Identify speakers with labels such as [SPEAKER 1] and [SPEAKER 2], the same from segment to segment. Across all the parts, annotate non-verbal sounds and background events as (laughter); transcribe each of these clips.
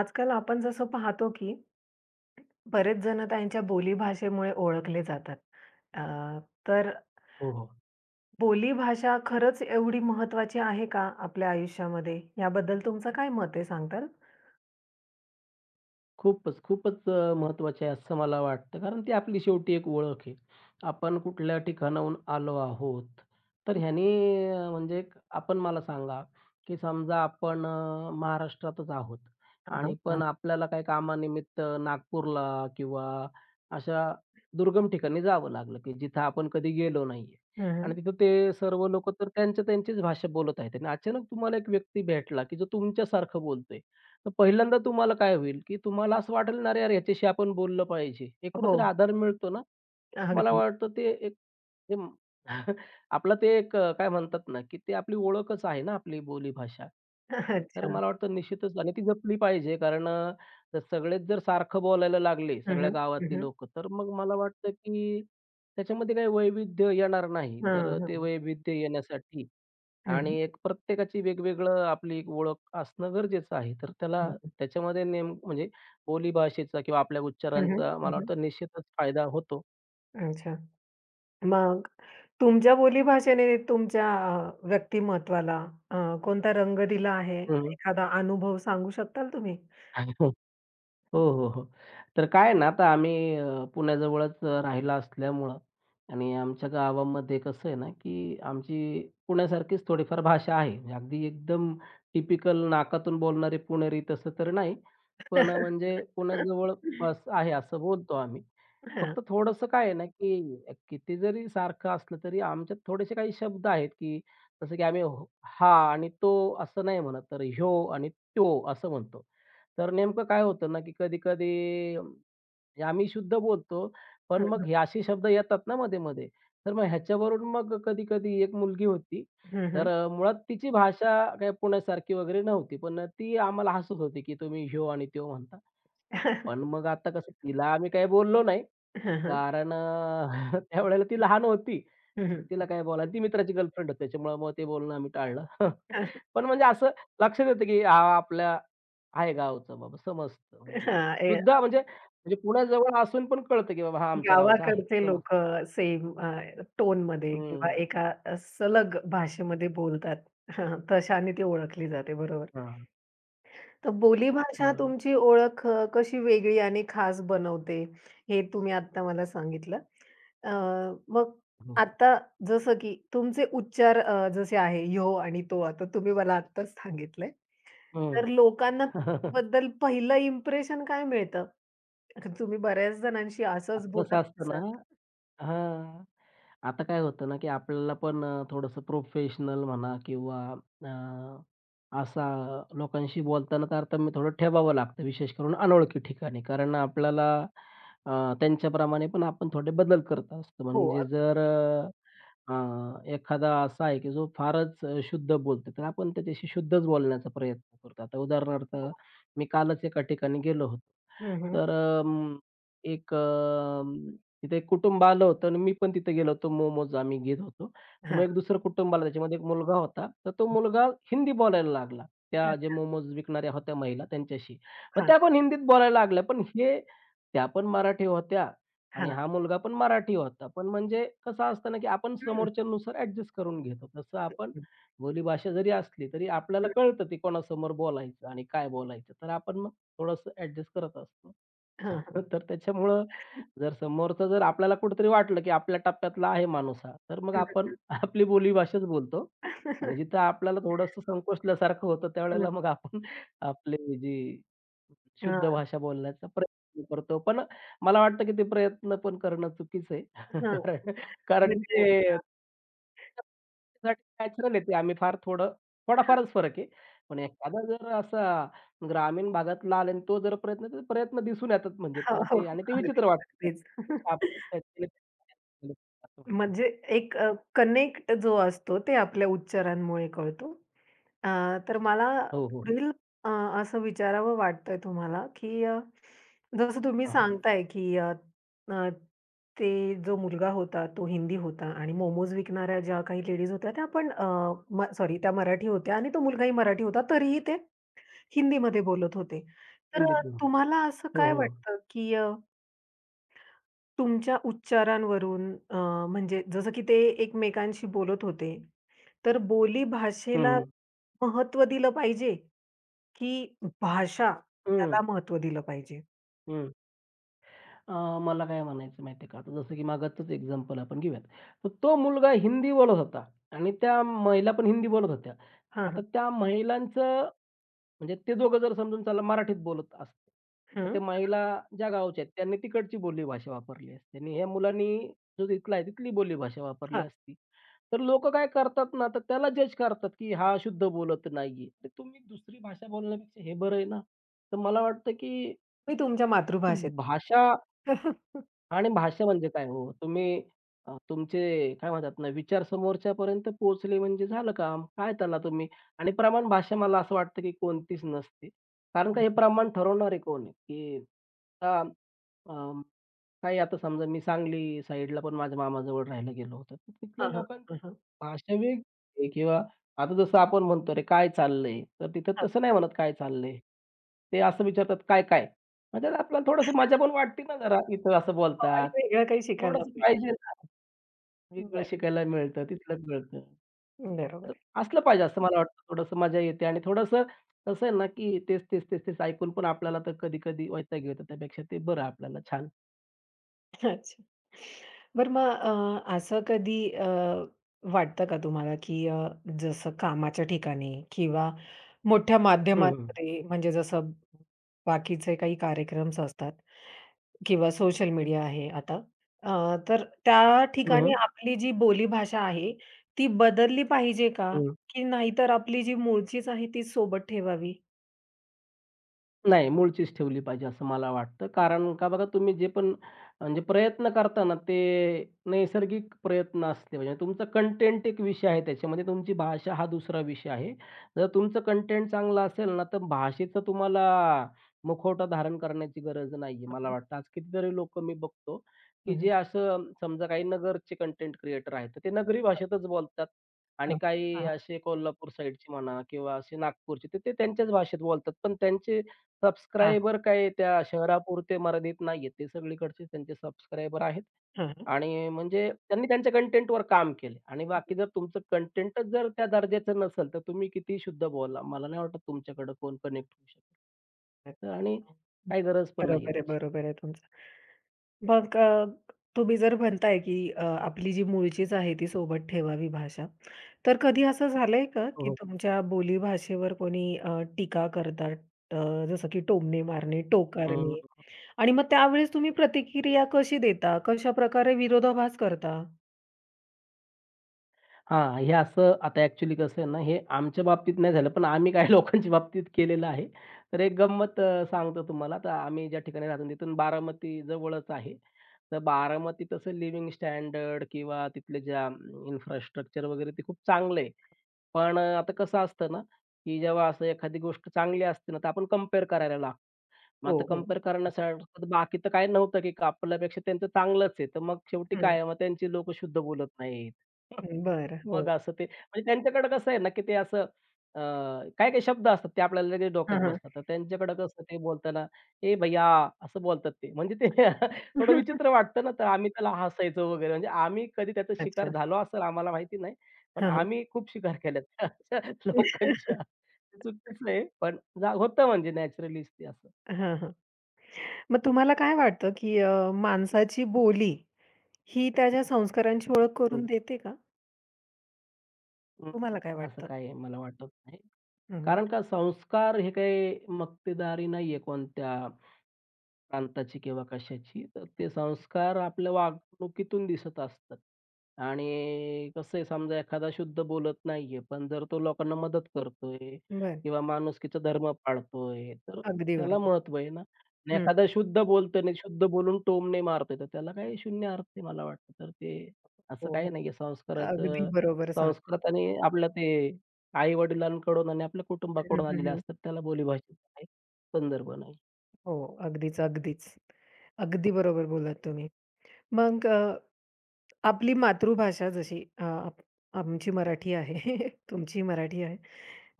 [SPEAKER 1] आजकाल आपण जसं पाहतो की बरेच जण त्यांच्या बोलीभाषेमुळे ओळखले जातात. अ, तर
[SPEAKER 2] हो, हो.
[SPEAKER 1] बोलीभाषा खरंच एवढी महत्त्वाची आहे का आपल्या आयुष्यामध्ये? याबद्दल तुमचं काय मत आहे सांगताल?
[SPEAKER 2] खूपच, खूपच आहे असं मला वाटतं. कारण ती आपली शेवटी एक ओळख आहे. आपण कुठल्या ठिकाणाहून आलो आहोत. तर ह्याने म्हणजे आपण मला सांगा, की समजा आपण महाराष्ट्रातच आहोत
[SPEAKER 1] हां,
[SPEAKER 2] आणि पण
[SPEAKER 1] हां.
[SPEAKER 2] आपल्याला काही कामानिमित्त नागपूरला किंवा अशा दुर्गम ठिकाणी जावं लागलं, की जिथं आपण कधी गेलो नाहीये
[SPEAKER 1] हं,
[SPEAKER 2] आणि
[SPEAKER 1] हं.
[SPEAKER 2] तिथं ते सर्व लोकं तर त्यांच्या त्यांचीच भाषा बोलत आहेत आणि अचानक तुम्हाला एक व्यक्ती भेटला, की जो तुमच्यासारखं बोलतोय. तर पहिल्यांदा तुम्हाला काय होईल, की तुम्हाला असं वाटेल ना, "अरे यार, ह्याच्याशी आपण बोललं पाहिजे." एक
[SPEAKER 1] हो,
[SPEAKER 2] कुठेतरी आधार मिळतो ना, मला
[SPEAKER 1] अगदी.
[SPEAKER 2] वाटतं ते एक ते म- (laughs) आपलं ते एक काय म्हणतात ना, की ते आपली ओळखच आहे ना, आपली बोलीभाषा. तर
[SPEAKER 1] अच्छा.
[SPEAKER 2] मला वाटतं निश्चितच आणि ती जपली पाहिजे कारण जर सगळेच जर सारखं बोलायला लागले,
[SPEAKER 1] हं,
[SPEAKER 2] सगळ्या
[SPEAKER 1] हं. हं,
[SPEAKER 2] गावातली
[SPEAKER 1] हं.
[SPEAKER 2] लोकं, तर मग मला वाटतं, की त्याच्यामध्ये काही वैविध्य येणार नाही. तर
[SPEAKER 1] हां,
[SPEAKER 2] ते
[SPEAKER 1] हां.
[SPEAKER 2] वैविध्य येण्यासाठी
[SPEAKER 1] हं,
[SPEAKER 2] आणि
[SPEAKER 1] हं.
[SPEAKER 2] एक प्रत्येकाची वेगवेगळं आपली एक ओळख असणं गरजेचं आहे. तर त्याला त्याच्यामध्ये नेम म्हणजे बोली भाषेचा किंवा आपल्या उच्चारांचा मला वाटतं निश्चितच फायदा होतो.
[SPEAKER 1] अच्छा. मग तुमच्या बोलीभाषेने तुमच्या व्यक्तिमत्त्वाला अ, कोणता रंग दिला आहे?
[SPEAKER 2] हं.
[SPEAKER 1] एखादा अनुभव सांगू शकताल तुम्ही?
[SPEAKER 2] (laughs) हो, हो, हो. तर काय आहे ना, आता आम्ही पुण्याजवळच राहिला असल्यामुळं आणि आमच्या गावामध्ये कसं आहे ना, की आमची पुण्यासारखीच थोडीफार भाषा आहे. म्हणजे अगदी एकदम टिपिकल नाकातून बोलणारे पुणेरी तसं तर नाही. पण
[SPEAKER 1] हां,
[SPEAKER 2] म्हणजे पुण्याजवळ बस आहे असं बोलतो आम्ही. फक्त थोडंसं काय आहे ना, की किती जरी सारखं असलं तरी आमच्यात थोडेसे काही शब्द आहेत, की जसं की आम्ही हो, हा आणि तो असं नाही म्हणत, तर ह्यो आणि त्यो असं म्हणतो. तर नेमकं काय होतं ना, की कधी-कधी आम्ही शुद्ध बोलतो,
[SPEAKER 1] हं,
[SPEAKER 2] पण
[SPEAKER 1] हं, हं.
[SPEAKER 2] मग हे असे शब्द येतात ना मध्ये-मध्ये. तर मग ह्याच्यावरून मग कधी-कधी एक मुलगी होती, तर
[SPEAKER 1] हं,
[SPEAKER 2] मुळात तिची भाषा काही पुण्यासारखी वगैरे नव्हती. पण ती आम्हाला हसत होती, की तुम्ही ह्यो आणि त्यो म्हणता. पण मग आता कसं तिला आम्ही काही बोललो नाही,
[SPEAKER 1] हं.
[SPEAKER 2] कारण (laughs) त्यावेळेला ती लहान होती
[SPEAKER 1] हं,
[SPEAKER 2] आणि तिला
[SPEAKER 1] हं.
[SPEAKER 2] काय बोलायला ती मित्राची गर्लफ्रेंड होती, त्याच्यामुळं मग ते बोलणं आम्ही टाळलं. (laughs) पण म्हणजे असं लक्षात येतं, की आपल्या आहे गावचं बाबा समजतं म्हणजे
[SPEAKER 1] हां, ए
[SPEAKER 2] सुद्धा म्हणजे म्हणजे पुण्याजवळ असून पण कळतं, की बाबा हा आमच्या गावचा आहे
[SPEAKER 1] गावाकडचे
[SPEAKER 2] समजतं.
[SPEAKER 1] लोकं सेम टोनमध्ये किंवा
[SPEAKER 2] हं,
[SPEAKER 1] एका सलग भाषेमध्ये बोलतात. हां, तशाने ती ओळखली जाते. बरोबर.
[SPEAKER 2] हां,
[SPEAKER 1] तर बोलीभाषा
[SPEAKER 2] बरोबर.
[SPEAKER 1] तुमची ओळख कशी वेगळी आणि खास बनवते, हे तुम्ही आत्ता मला सांगितलं. अ, मग
[SPEAKER 2] हो.
[SPEAKER 1] आता जसं की तुमचे उच्चार जसे आहे ह्यो आणि तो आता तुम्ही मला आत्ताच सांगितलंय.
[SPEAKER 2] हं.
[SPEAKER 1] तर लोकांना
[SPEAKER 2] (laughs)
[SPEAKER 1] तुमच्याबद्दल पहिलं इम्प्रेशन काय मिळतं? कारण तुम्ही बऱ्याच जणांशी असंच
[SPEAKER 2] आता कसं
[SPEAKER 1] बोलत
[SPEAKER 2] असतं ना
[SPEAKER 1] असाल.
[SPEAKER 2] हां. आता काय होतं ना, की आपल्याला पण थोडंसं प्रोफेशनल म्हणा किंवा अ, असा लोकांशी बोलताना तारतम्य थोडं ठेवावं लागतं, विशेष करून अनोळखी ठिकाणी. कारण आपल्याला अ, त्यांच्याप्रमाणे पण आपण थोडे बदल करत असतो.
[SPEAKER 1] हो,
[SPEAKER 2] म्हणजे
[SPEAKER 1] अगदी
[SPEAKER 2] जर अ, अ, एखादा असा आहे, की जो फारच शुद्ध बोलतो, तर आपण त्याच्याशी शुद्धच बोलण्याचा प्रयत्न करतो. आता उदाहरणार्थ मी कालच एका ठिकाणी गेलो होतो.
[SPEAKER 1] बरोबर. हं, हं.
[SPEAKER 2] तर एक तिथे एक कुटुंब आलं होतं आणि मी पण तिथे गेलो होतो. मोमोज आम्ही घेत होतो. तर मग
[SPEAKER 1] हां,
[SPEAKER 2] एक दुसरं कुटुंब आलं, त्याच्यामध्ये एक मुलगा होता. तर तो मुलगा हिंदी बोलायला लागला. त्या
[SPEAKER 1] हां,
[SPEAKER 2] जे मोमोज विकणाऱ्या होत्या महिला त्यांच्याशी. मग
[SPEAKER 1] हां,
[SPEAKER 2] त्या पण हिंदीत बोलायला लागल्या. पण हे त्या पण मराठी होत्या आणि
[SPEAKER 1] हां.
[SPEAKER 2] हा मुलगा पण मराठी होता. पण म्हणजे कसं असतं ना, की आपण
[SPEAKER 1] हं, हं,
[SPEAKER 2] समोरच्यानुसार ॲडजस्ट करून घेतो. तसं आपण
[SPEAKER 1] हं.
[SPEAKER 2] बोलीभाषा जरी असली, तरी आपल्याला कळतं ते कोणासमोर बोलायचं आणि काय बोलायचं. तर आपण मग थोडंसं ॲडजस्ट करत असतो.
[SPEAKER 1] हां, हां.
[SPEAKER 2] तर त्याच्यामुळं जर समोरचं जर आपल्याला कुठेतरी वाटलं, की आपल्या टप्प्यातला आहे माणूस हा, तर मग
[SPEAKER 1] हं,
[SPEAKER 2] आपण
[SPEAKER 1] हं.
[SPEAKER 2] (laughs) आपली बोलीभाषाच बोलतो आणि जिथं
[SPEAKER 1] (laughs)
[SPEAKER 2] आपल्याला थोडंसं संकोचल्यासारखं होतं, त्यावेळेला मग आपण (laughs) आपली जी शुद्ध भाषा बोलण्याचा प्रयत्न करतो. पण मला वाटतं, की ते प्रयत्न पण करणं चुकीचं आहे. (laughs) कारण कारण
[SPEAKER 1] म्हणजे
[SPEAKER 2] ते नॅचरल आहे ते. आम्ही फार थोडं थोडाफारच फरक आहे. पण एखादा जर असा ग्रामीण भागातला आला आणि तो जर प्रयत्न तर प्रयत्न दिसून येतात म्हणजे
[SPEAKER 1] हो,
[SPEAKER 2] तर
[SPEAKER 1] हो.
[SPEAKER 2] ते
[SPEAKER 1] हो.
[SPEAKER 2] आणि ते विचित्र
[SPEAKER 1] अगदीच,
[SPEAKER 2] वाटतं.
[SPEAKER 1] अगदीच.
[SPEAKER 2] त्यापेक्षा आपण
[SPEAKER 1] (laughs)
[SPEAKER 2] त्यातले (unintelligible) असं मला वाटतं.
[SPEAKER 1] म्हणजे एक कनेक्ट जो असतो ते आपल्या उच्चारांमुळे कळतो. अ, तर मला
[SPEAKER 2] हो, हो.
[SPEAKER 1] पुढील अ, असं विचारावं वाटतंय तुम्हाला, की जसं तुम्ही
[SPEAKER 2] हां, हां.
[SPEAKER 1] सांगताय, की अ, अ, ते जो मुलगा होता तो हिंदी होता आणि मोमोज विकणाऱ्या ज्या काही लेडीज होत्या त्या पण सॉरी त्या मराठी होत्या आणि तो मुलगाही मराठी होता तरीही ते हिंदीमध्ये बोलत होते. तर
[SPEAKER 2] हिंदीत बोला.
[SPEAKER 1] तुम्हाला असं
[SPEAKER 2] हो,
[SPEAKER 1] काय
[SPEAKER 2] हो.
[SPEAKER 1] वाटतं, की तुमच्या उच्चारांवरून म्हणजे जसं की ते एकमेकांशी बोलत होते, तर बोली भाषेला
[SPEAKER 2] हं,
[SPEAKER 1] महत्त्व दिलं पाहिजे, की भाषा
[SPEAKER 2] हं,
[SPEAKER 1] याला महत्त्व दिलं पाहिजे?
[SPEAKER 2] हं. मला काय म्हणायचं माहिती आहे का, आता जसं की मागचंच एक्झाम्पल आपण घेऊयात. तर तो मुलगा हिंदी बोलत होता आणि त्या महिला पण हिंदी बोलत होत्या.
[SPEAKER 1] हां,
[SPEAKER 2] आता
[SPEAKER 1] हां.
[SPEAKER 2] त्या महिलांचं म्हणजे ते दोघं जर समजून चला मराठीत बोलत असते, तर
[SPEAKER 1] हं.
[SPEAKER 2] त्या महिला ज्या गावच्या आहेत त्यांनी तिकडची बोलीभाषा वापरली असती आणि ह्या मुलांनी जो तिथला आहे तिथली बोलीभाषा वापरली
[SPEAKER 1] हां.
[SPEAKER 2] असती. तर लोकं काय करतात ना, तर त्याला जज करतात, की हा शुद्ध बोलत नाहीये. तर तुम्ही दुसरी भाषा बोलण्यापेक्षा हे बरं आहे ना. तर मला वाटतं, की
[SPEAKER 1] मी तुमच्या
[SPEAKER 2] ती
[SPEAKER 1] मातृभाषेत.
[SPEAKER 2] भाषा
[SPEAKER 1] (laughs) हं,
[SPEAKER 2] आणि भाषा म्हणजे काय हो? तुम्ही तुमचे काय म्हणतात ना, विचार समोरच्यापर्यंत पोहोचले म्हणजे झालं काम. काय त्याला तुम्ही आणि प्रमाण भाषा मला असं वाटतं, की कोणतीच नसते. कारण का हे
[SPEAKER 1] हं.
[SPEAKER 2] प्रमाण ठरवणारे कोण आहे? की आता काही आता समजा मी सांगली साईडला पण माझ्या मामाजवळ राहायला गेलो होतो. तर तिथल्या
[SPEAKER 1] हां, हां.
[SPEAKER 2] लोकां
[SPEAKER 1] हां, हां.
[SPEAKER 2] भाषा वेगळी किंवा आता जसं आपण म्हणतो, "अरे काय चाललंय?" तर तिथं
[SPEAKER 1] हां.
[SPEAKER 2] तसं नाही म्हणत, "काय चाललंय?" ते असं विचारतात, "काय, काय?" मग आपल्याला थोडंसं मजा पण वाटते ना जरा, इथं असं
[SPEAKER 1] हो आणि
[SPEAKER 2] बोलतात.
[SPEAKER 1] वेगळं काही शिकायला
[SPEAKER 2] थोडंसं
[SPEAKER 1] मिळेल.
[SPEAKER 2] पाहिजे ना, वेगळं
[SPEAKER 1] बरं.
[SPEAKER 2] शिकायला मिळतं, तिथलं मिळतं. तर
[SPEAKER 1] बरोबर.
[SPEAKER 2] असलं पाहिजे असं मला वाटतं. थोडंसं मजा येते आणि थोडंसं कसं आहे ना, की तेच, तेच, तेच, तेच ऐकून पण आपल्याला तर कधी-कधी वैताग येतो. त्यापेक्षा ते बरं आपल्याला छान.
[SPEAKER 1] अच्छा. बरं मग असं कधी वाटतं का तुम्हाला, की जसं कामाच्या ठिकाणी किंवा मोठ्या
[SPEAKER 2] हं, हं.
[SPEAKER 1] माध्यमांमध्ये म्हणजे जसं बाकीचे काही कार्यक्रम्स असतात किंवा सोशल मीडिया आहे आता. तर त्या ठिकाणी
[SPEAKER 2] हं,
[SPEAKER 1] आपली जी बोलीभाषा आहे, ती बदलली पाहिजे का? की नाहीतर आपली जी मूळचीच आहे तीच सोबत ठेवावी?
[SPEAKER 2] नाही, मूळचीच ठेवली पाहिजे असं मला वाटतं. कारण का बघा तुम्ही जे पण म्हणजे प्रयत्न करता ना, ते नैसर्गिक प्रयत्न असले पाहिजे. तुमचा कंटेंट एक विषय आहे त्याच्यामध्ये, तुमची भाषा हा दुसरा विषय आहे. जर तुमचं कंटेंट चांगलं असेल ना, तर भाषेचं तुम्हाला मुखवटा धारण करण्याची गरज नाहीये
[SPEAKER 1] हं,
[SPEAKER 2] मला
[SPEAKER 1] हं.
[SPEAKER 2] वाटतं. आज कितीतरी लोकं मी बघतो, की
[SPEAKER 1] हं,
[SPEAKER 2] जे
[SPEAKER 1] हं.
[SPEAKER 2] असं समजा काही नगरचे कंटेंट क्रिएटर आहेत, तर ते नगरी भाषेतच बोलतात आणि
[SPEAKER 1] हां,
[SPEAKER 2] काही असे कोल्हापूर साईडचे म्हणा किंवा असे नागपूरचे, तर ते त्यांच्याच भाषेत बोलतात. पण त्यांचे
[SPEAKER 1] हां.
[SPEAKER 2] सबस्क्रायबर काय त्या शहरापुरते मर्यादित नाहीयेत. ते सगळीकडचे त्यांचे सबस्क्रायबर आहेत आणि म्हणजे त्यांनी त्यांच्या कंटेंटवर काम केले आणि बाकी जर तुमचं कंटेंटच जर त्या दर्जाचं नसेल, तर तुम्ही कितीही शुद्ध बोला. मला नाही वाटत तुमच्याकडं कोण कनेक्ट होऊ शकेल. तर आणि
[SPEAKER 1] अच्छा.
[SPEAKER 2] काही गरज पण नाहीये
[SPEAKER 1] बरोबर आहे,
[SPEAKER 2] त्याची.
[SPEAKER 1] बरोबर आहे तुमचं. मग तुम्ही जर म्हणताय की आपली जी मूळचीच आहे ती सोबत ठेवावी भाषा. तर कधी असं झालंय का
[SPEAKER 2] हो,
[SPEAKER 1] की
[SPEAKER 2] हो.
[SPEAKER 1] तुमच्या बोलीभाषेवर कोणी टीका करतात जसं की टोमणे मारणे,
[SPEAKER 2] हं.
[SPEAKER 1] टोकारणे आणि मग त्यावेळेस तुम्ही प्रतिक्रिया कशी देता? कशाप्रकारे विरोधाभास करता?
[SPEAKER 2] हां, हे असं आता ॲक्चुअली कसं आहे ना, हे आमच्या बाबतीत नाही झालं, पण आम्ही काही (laughs) लोकांच्या बाबतीत केलेलं आहे. तर एक गंमत सांगतो तुम्हाला. तर आम्ही ज्या ठिकाणी राहतो तिथून बारामती जवळच आहे. तर बारामती तसं लिव्हिंग स्टँडर्ड किंवा तिथले ज्या इन्फ्रास्ट्रक्चर वगैरे ते खूप चांगलं आहे. पण आता कसं असतं ना, की जेव्हा असं एखादी गोष्ट चांगली असते ना, तर आपण कंपेअर करायला लागतो. मग
[SPEAKER 1] हो,
[SPEAKER 2] आता
[SPEAKER 1] हो.
[SPEAKER 2] कंपेअर करण्यासारखं बाकी तर काही नव्हतं, की आपल्यापेक्षा त्यांचं चांगलंच आहे. तर मग शेवटी काय
[SPEAKER 1] हं,
[SPEAKER 2] आहे, मग त्यांची लोकं शुद्ध बोलत नाहीत.
[SPEAKER 1] हं. बरं. हो.
[SPEAKER 2] मग असं ते म्हणजे त्यांच्याकडे कसं आहे ना, की ते असं अ, काही-काही शब्द असतात ते आपल्याला लगेच डोक्यात
[SPEAKER 1] हां, हां.
[SPEAKER 2] बसतात. तर त्यांच्याकडे कसं ते बोलताना, "ए भैय्या" असं बोलतात ते. म्हणजे ते (laughs) थोडं
[SPEAKER 1] (laughs)
[SPEAKER 2] विचित्र वाटतं ना, तर आम्ही त्याला हसायचो वगैरे. म्हणजे आम्ही कधी त्याचा शिकार
[SPEAKER 1] अच्छा.
[SPEAKER 2] झालो असेल आम्हाला माहिती नाही. पण
[SPEAKER 1] हां, हां.
[SPEAKER 2] आम्ही खूप शिकार केल्यात (laughs) अशा लोकांच्या. ते चुकीचं आहे, पण जा होतं म्हणजे नॅचरलीच असं.
[SPEAKER 1] हां, हां. (laughs) मग तुम्हाला काय वाटतं की माणसाची बोली ही त्याच्या संस्कारांची ओळख
[SPEAKER 2] हं,
[SPEAKER 1] करून देते का?
[SPEAKER 2] हं.
[SPEAKER 1] तुम्हाला काय
[SPEAKER 2] असं
[SPEAKER 1] वाटतं?
[SPEAKER 2] काही मला वाटत नाही.
[SPEAKER 1] हं, हं,
[SPEAKER 2] कारण का संस्कार हे काही मक्तेदारी नाहीये कोणत्या प्रांताची किंवा कशाची, तर
[SPEAKER 1] हं.
[SPEAKER 2] ते संस्कार आपल्या वागणुकीतून दिसत असतात. आणि कसं आहे समजा एखादा शुद्ध बोलत नाहीये, पण जर तो लोकांना मदत करतोय
[SPEAKER 1] बरं.
[SPEAKER 2] किंवा माणुसकीचा धर्म पाळतोय, तर
[SPEAKER 1] अगदी
[SPEAKER 2] त्याला
[SPEAKER 1] बरोबर.
[SPEAKER 2] महत्त्व आहे ना. आणि
[SPEAKER 1] हं.
[SPEAKER 2] एखादा शुद्ध बोलतोय आणि शुद्ध बोलून टोमणे मारतोय, तर त्याला काही शून्य अर्थ आहे मला वाटतं. तर ते असं
[SPEAKER 1] हो,
[SPEAKER 2] काही
[SPEAKER 1] हो.
[SPEAKER 2] नाहीये
[SPEAKER 1] अगदी
[SPEAKER 2] संस्काराचं
[SPEAKER 1] बरोबर सांग
[SPEAKER 2] संस्कृत आणि आपलं ते आई-वडिलांकडून आणि आपल्या
[SPEAKER 1] हं,
[SPEAKER 2] कुटुंबाकडून
[SPEAKER 1] हं,
[SPEAKER 2] आलेले
[SPEAKER 1] हं.
[SPEAKER 2] असतात. त्याला बोलीभाषेचा काही संदर्भ नाही.
[SPEAKER 1] हो, अगदीच, अगदीच. अगदी बरोबर बोललात तुम्ही. मग आपली मातृभाषा जशी आप आमची मराठी आहे, (laughs) तुमची मराठी आहे.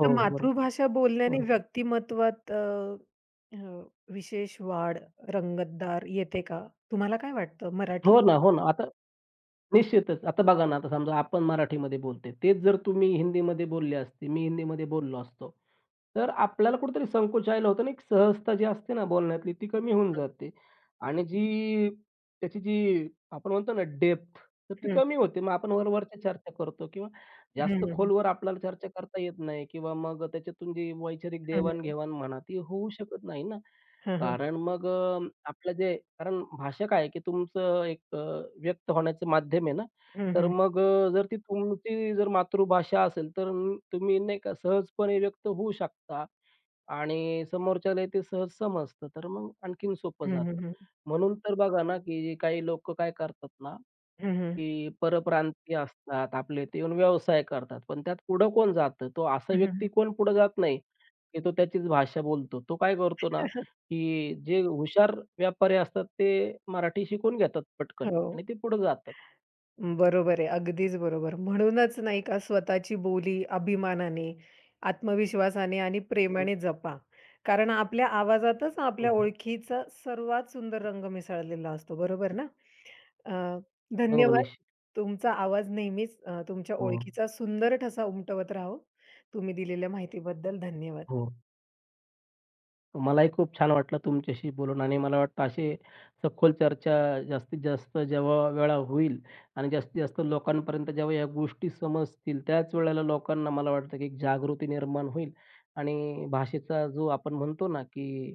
[SPEAKER 2] हो,
[SPEAKER 1] तर
[SPEAKER 2] हो. बरोबर,
[SPEAKER 1] मातृभाषा बोलण्याने
[SPEAKER 2] बरोबर.
[SPEAKER 1] व्यक्तिमत्वात अ, अ, विशेष वाढ, रंगतदार येते का? तुम्हाला काय वाटतं मराठी
[SPEAKER 2] हो ना, हो ना. आता निश्चितच. आता बघा ना, आता समजा आपण मराठीमध्ये बोलतोय. तेच जर तुम्ही हिंदीमध्ये बोलले असते, मी हिंदीमध्ये बोललो असतो, तर आपल्याला कुठेतरी संकोच यायला होतो ना, एक सहजता जी असते ना बोलण्यातली, ती कमी होऊन जाते. आणि जी त्याची जी आपण म्हणतो ना डेप्थ, तर ती
[SPEAKER 1] हं,
[SPEAKER 2] कमी होते. मग आपण वरवरच्या चर्चा करतो किंवा जास्त
[SPEAKER 1] हं, हं,
[SPEAKER 2] खोलवर आपल्याला चर्चा करता येत नाही किंवा मग त्याच्यातून जी वैचारिक
[SPEAKER 1] हं,
[SPEAKER 2] देवाण म्हणा, ती होऊ शकत नाही ना.
[SPEAKER 1] हं.
[SPEAKER 2] कारण मग आपलं जे कारण भाषा काय आहे, की तुमचं एक व्यक्त होण्याचं माध्यम आहे ना,
[SPEAKER 1] हं,
[SPEAKER 2] तर
[SPEAKER 1] हं.
[SPEAKER 2] मग जर ती तुमची जर मातृभाषा असेल, तर तुम्ही नाही का सहजपणे व्यक्त होऊ शकता आणि समोरच्यालाही ते सहज समजतं, तर मग आणखीन सोपं
[SPEAKER 1] हं, हं,
[SPEAKER 2] जातं.
[SPEAKER 1] हं.
[SPEAKER 2] म्हणून तर बघा ना, की काही लोक काय करतात ना,
[SPEAKER 1] हं, हं.
[SPEAKER 2] की परप्रांतीय असतात, आपल्या इथे येऊन व्यवसाय करतात, पण त्यात पुढं कोण जातं? तो असा
[SPEAKER 1] हं,
[SPEAKER 2] व्यक्ती
[SPEAKER 1] हं,
[SPEAKER 2] कोण पुढं जात नाही, की तो त्याचीच भाषा बोलतो. तो काय करतो ना,
[SPEAKER 1] (laughs)
[SPEAKER 2] की जे हुशार व्यापारी असतात ते मराठी शिकून घेतात पटकन
[SPEAKER 1] हो.
[SPEAKER 2] आणि ते पुढे जातात.
[SPEAKER 1] बरोबर आहे. अगदीच बरोबर. म्हणूनच नाही का स्वतःची बोली अभिमानाने, आत्मविश्वासाने आणि
[SPEAKER 2] हं,
[SPEAKER 1] प्रेमाने जपा. कारण आपल्या आवाजातच
[SPEAKER 2] हो,
[SPEAKER 1] आपल्या
[SPEAKER 2] हो.
[SPEAKER 1] ओळखीचा सर्वात सुंदर रंग मिसळलेला असतो. बरोबर ना? अ,
[SPEAKER 2] हो,
[SPEAKER 1] धन्यवाद.
[SPEAKER 2] निश्चित.
[SPEAKER 1] तुमचा आवाज नेहमीच तुमच्या
[SPEAKER 2] हो,
[SPEAKER 1] ओळखीचा सुंदर ठसा उमटवत राहो. तुम्ही दिलेल्या माहितीबद्दल धन्यवाद.
[SPEAKER 2] हो. मलाही खूप छान वाटलं तुमच्याशी बोलून आणि मला वाटतं असे सखोल चर्चा जास्तीत जास्त जेव्हा वेळा होईल आणि जास्तीत जास्त लोकांपर्यंत जेव्हा या गोष्टी समजतील, त्याच वेळेला लोकांना मला वाटतं की एक जागृती निर्माण होईल आणि भाषेचा जो आपण म्हणतो ना, की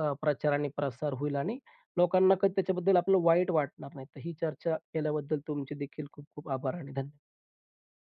[SPEAKER 2] प्रचार आणि प्रसार होईल आणि लोकांना कधी त्याच्याबद्दल आपलं वाईट वाटणार नाही. तर ही चर्चा केल्याबद्दल तुमचे देखील खूप खूप आभार आणि धन्यवाद.